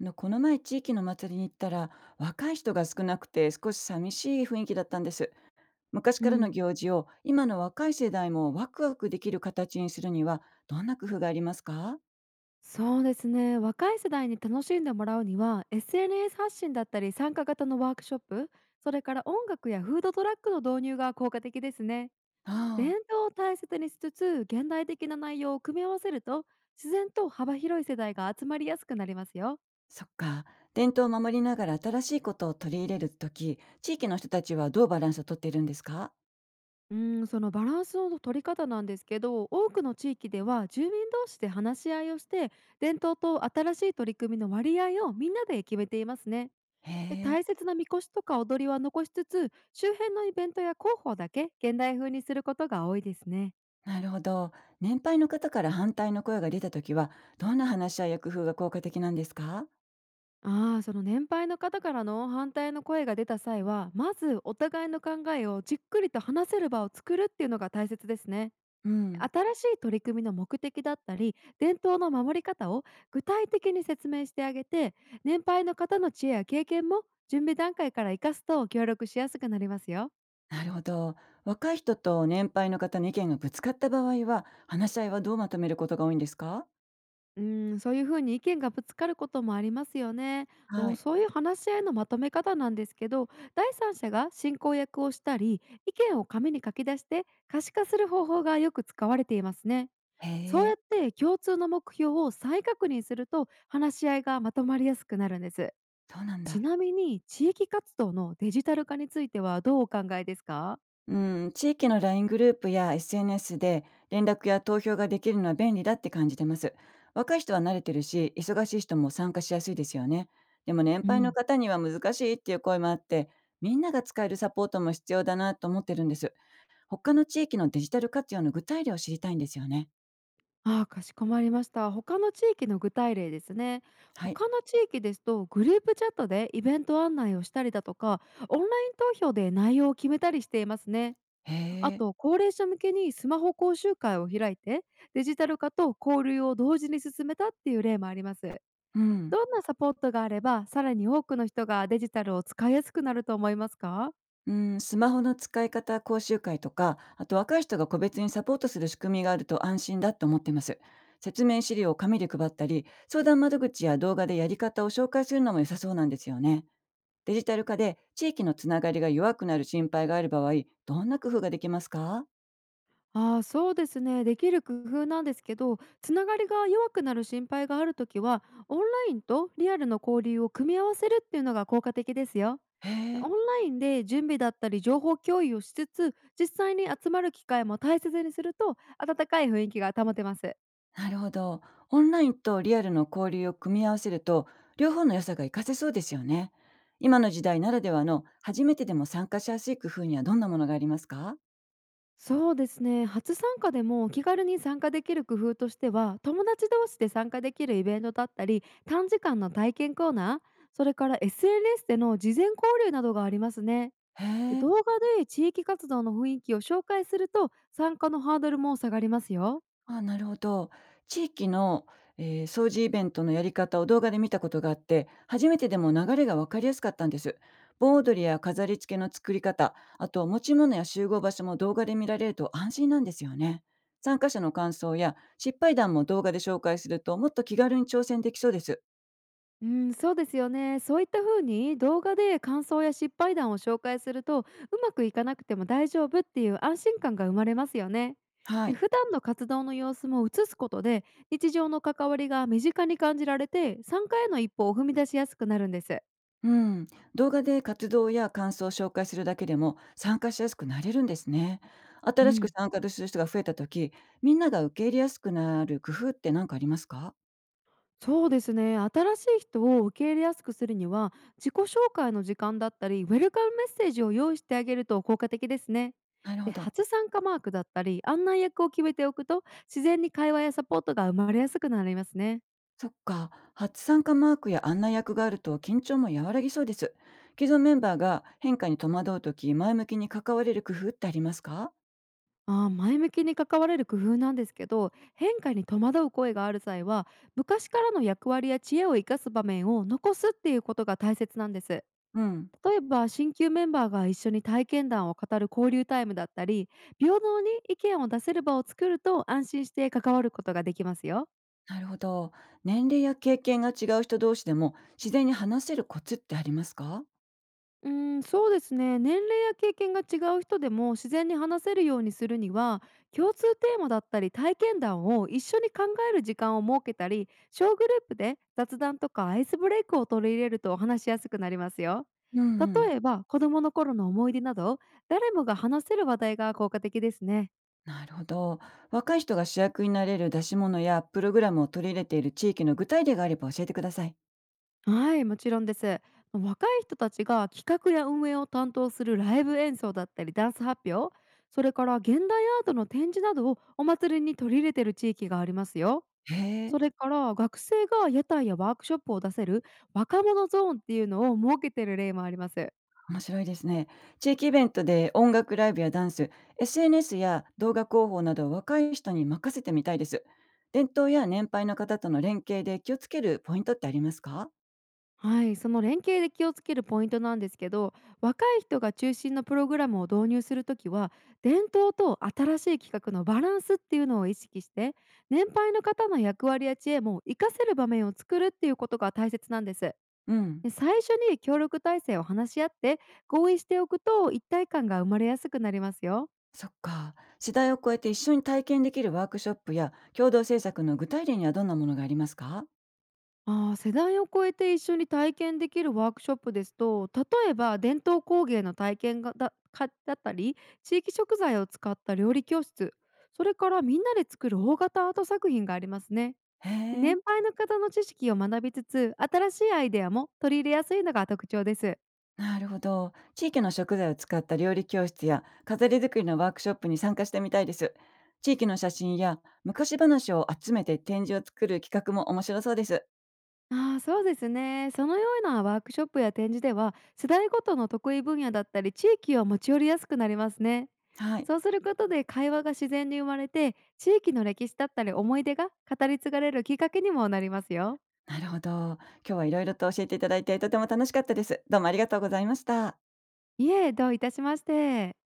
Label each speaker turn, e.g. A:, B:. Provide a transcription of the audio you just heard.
A: この前地域の祭りに行ったら、若い人が少なくて少し寂しい雰囲気だったんです。昔
B: う
A: からの
B: ん、
A: 行事を今の若い世代もワクワクできる形にするには、どんな工夫がありますか？
B: そうですね。若い世代に楽しんでもらうには SNS 発信だったり参加型のワークショップ、それから音楽やフードトラックの導入が効果的ですね。
A: あ
B: 伝
A: あ、
B: 統を大切にしつつ現代的な内容を組み合わせると、自然と幅広い世代が集まりやすくなりますよ。
A: そっか。伝統を守りながら新しいことを取り入れるとき、地域の人たちはどうバランスをとっているんですか？
B: うん、そのバランスの取り方なんですけど、多くの地域では住民同士で話し合いをして、伝統と新しい取り組みの割合をみんなで決めていますね。
A: へ
B: で、
A: え、
B: 大切なみこしとか踊りは残しつつ、周辺のイベントや広報だけ現代風にすることが多いですね。
A: なるほど。年配の方から反対の声が出たときは、どんな話し合いや工夫が効果的なんですか？
B: ああ、その年配の方からの反対の声が出た際は、まずお互いの考えをじっくりと話せる場を作るっていうのが大切ですね。
A: うん、
B: 新しい取り組みの目的だったり伝統の守り方を具体的に説明してあげて、年配の方の知恵や経験も準備段階から生かすと協力しやすくなりますよ。
A: なるほど。若い人と年配の方の意見がぶつかった場合は、話し合いはどうまとめることが多いんですか？
B: うん、そういうふうに意見がぶつかることもありますよね。
A: はい。
B: そういう話し合いのまとめ方なんですけど、第三者が進行役をしたり、意見を紙に書き出して可視化する方法がよく使われていますね。
A: へ
B: そうや
A: え、
B: って共通の目標を再確認すると話し合いがまとまりやすくなるんです。
A: そうなん
B: ち
A: だ。
B: なみに地域活動のデジタル化についてはどうお考えですか？
A: うん、地域の LINE グループや SNS で連絡や投票ができるのは便利だって感じてます。若い人は慣れてるし、忙しい人も参加しやすいですよね。でも年
B: う
A: 配の
B: ん、
A: 方には難しいっていう声もあって、みんなが使えるサポートも必要だなと思ってるんです。他の地域のデジタル活用の具体例を知りたいんですよね。
B: ああ、かしこまりました。他の地域の具体例ですね。
A: はい。
B: 他の地域ですと、グループチャットでイベント案内をしたりだとか、オンライン投票で内容を決めたりしていますね。
A: へ
B: あ
A: え。
B: と、高齢者向けにスマホ講習会を開いて、デジタル化と交流を同時に進めたっていう例もあります。
A: うん。
B: どんなサポートがあれば、さらに多くの人がデジタルを使いやすくなると思いますか？
A: うん、スマホの使い方講習会とか、あと若い人が個別にサポートする仕組みがあると安心だと思ってます。説明資料を紙で配ったり、相談窓口や動画でやり方を紹介するのも良さそうなんですよね。デジタル化で地域のつながりが弱くなる心配がある場合、どんな工夫ができますか？
B: ああ、そうですね、できる工夫なんですけど、つながりが弱くなる心配があるときは、オンラインとリアルの交流を組み合わせるっていうのが効果的ですよ。
A: へ
B: で、
A: え、
B: オンラインで準備だったり情報共有をしつつ、実際に集まる機会も大切にすると温かい雰囲気が保てます。
A: なるほど。オンラインとリアルの交流を組み合わせると、両方の良さが活かせそうですよね。今の時代ならではの初めてでも参加しやすい工夫にはどんなものがありますか？
B: そうですね、初参加でも気軽に参加できる工夫としては、友達同士で参加できるイベントだったり、短時間の体験コーナー、それから SNS での事前交流などがありますね。
A: へ
B: で、
A: え。
B: 動画で地域活動の雰囲気を紹介すると参加のハードルも下がりますよ。
A: ああ、なるほど。地域の、掃除イベントのやり方を動画で見たことがあって、初めてでも流れが分かりやすかったんです。盆踊りや飾り付けの作り方、あと持ち物や集合場所も動画で見られると安心なんですよね。参加者の感想や失敗談も動画で紹介するともっと気軽に挑戦できそうです。
B: うん、そうですよね。そういった風に動画で感想や失敗談を紹介すると、うまくいかなくても大丈夫っていう安心感が生まれますよね。
A: は
B: で、
A: い。
B: 普段の活動の様子も映すことで日常の関わりが身近に感じられて、参加への一歩を踏み出しやすくなるんです。
A: うん、動画で活動や感想を紹介するだけでも参加しやすくなれるんですね。
B: う
A: 新しく
B: ん、
A: 参加する人が増えた時、みんなが受け入れやすくなる工夫って何かありますか？
B: そうですね。新しい人を受け入れやすくするには、自己紹介の時間だったり、ウェルカムメッセージを用意してあげると効果的ですね。
A: なる
B: で、
A: ほど。
B: 初参加マークだったり、案内役を決めておくと、自然に会話やサポートが生まれやすくなりますね。
A: そっか。初参加マークや案内役があると緊張も和らぎそうです。既存メンバーが変化に戸惑う時、前向きに関われる工夫ってありますか？
B: あー、前向きに関われる工夫なんですけど、変化に戸惑う声がある際は、昔からの役割や知恵を生かす場面を残すっていうことが大切なんです。
A: うん。
B: 例えば、新旧メンバーが一緒に体験談を語る交流タイムだったり、平等に意見を出せる場を作ると安心して関わることができますよ。
A: なるほど。年齢や経験が違う人同士でも自然に話せるコツってありますか？
B: うーん、そうですね、年齢や経験が違う人でも自然に話せるようにするには、共通テーマだったり体験談を一緒に考える時間を設けたり、小グループで雑談とかアイスブレイクを取り入れると話しやすくなりますよ。
A: うん、
B: 例えば、子どもの頃の思い出など、誰もが話せる話題が効果的ですね。
A: なるほど。若い人が主役になれる出し物やプログラムを取り入れている地域の具体例があれば教えてください。
B: はい、もちろんです。若い人たちが企画や運営を担当するライブ演奏だったり、ダンス発表、それから現代アートの展示などをお祭りに取り入れてる地域がありますよ。
A: へえ、
B: それから、学生が屋台やワークショップを出せる若者ゾーンっていうのを設けてる例もあります。
A: 面白いですね。地域イベントで音楽ライブやダンス、SNS や動画広報などを若い人に任せてみたいです。伝統や年配の方との連携で気をつけるポイントってありますか？
B: はい、その連携で気をつけるポイントなんですけど、若い人が中心のプログラムを導入するときは、伝統と新しい企画のバランスっていうのを意識して、年配の方の役割や知恵も活かせる場面を作るっていうことが大切なんです。
A: うん。
B: で、最初に協力体制を話し合って合意しておくと一体感が生まれやすくなりますよ。
A: そっか。世代を超えて一緒に体験できるワークショップや共同制作の具体例にはどんなものがありますか？
B: ああ、世代を超えて一緒に体験できるワークショップですと、例えば伝統工芸の体験がだかだったり、地域食材を使った料理教室、それからみんなで作る大型アート作品がありますね。
A: へえ。
B: 年配の方の知識を学びつつ新しいアイデアも取り入れやすいのが特徴です。
A: なるほど。地域の食材を使った料理教室や飾り作りのワークショップに参加してみたいです。地域の写真や昔話を集めて展示を作る企画も面白そうです。
B: ああ、そうですね。そのようなワークショップや展示では、世代ごとの得意分野だったり、地域を持ち寄りやすくなりますね。
A: はい。
B: そうすることで会話が自然に生まれて、地域の歴史だったり思い出が語り継がれるきっかけにもなりますよ。
A: なるほど。今日はいろいろと教えていただいてとても楽しかったです。どうもありがとうございました。
B: いえ、どういたしまして。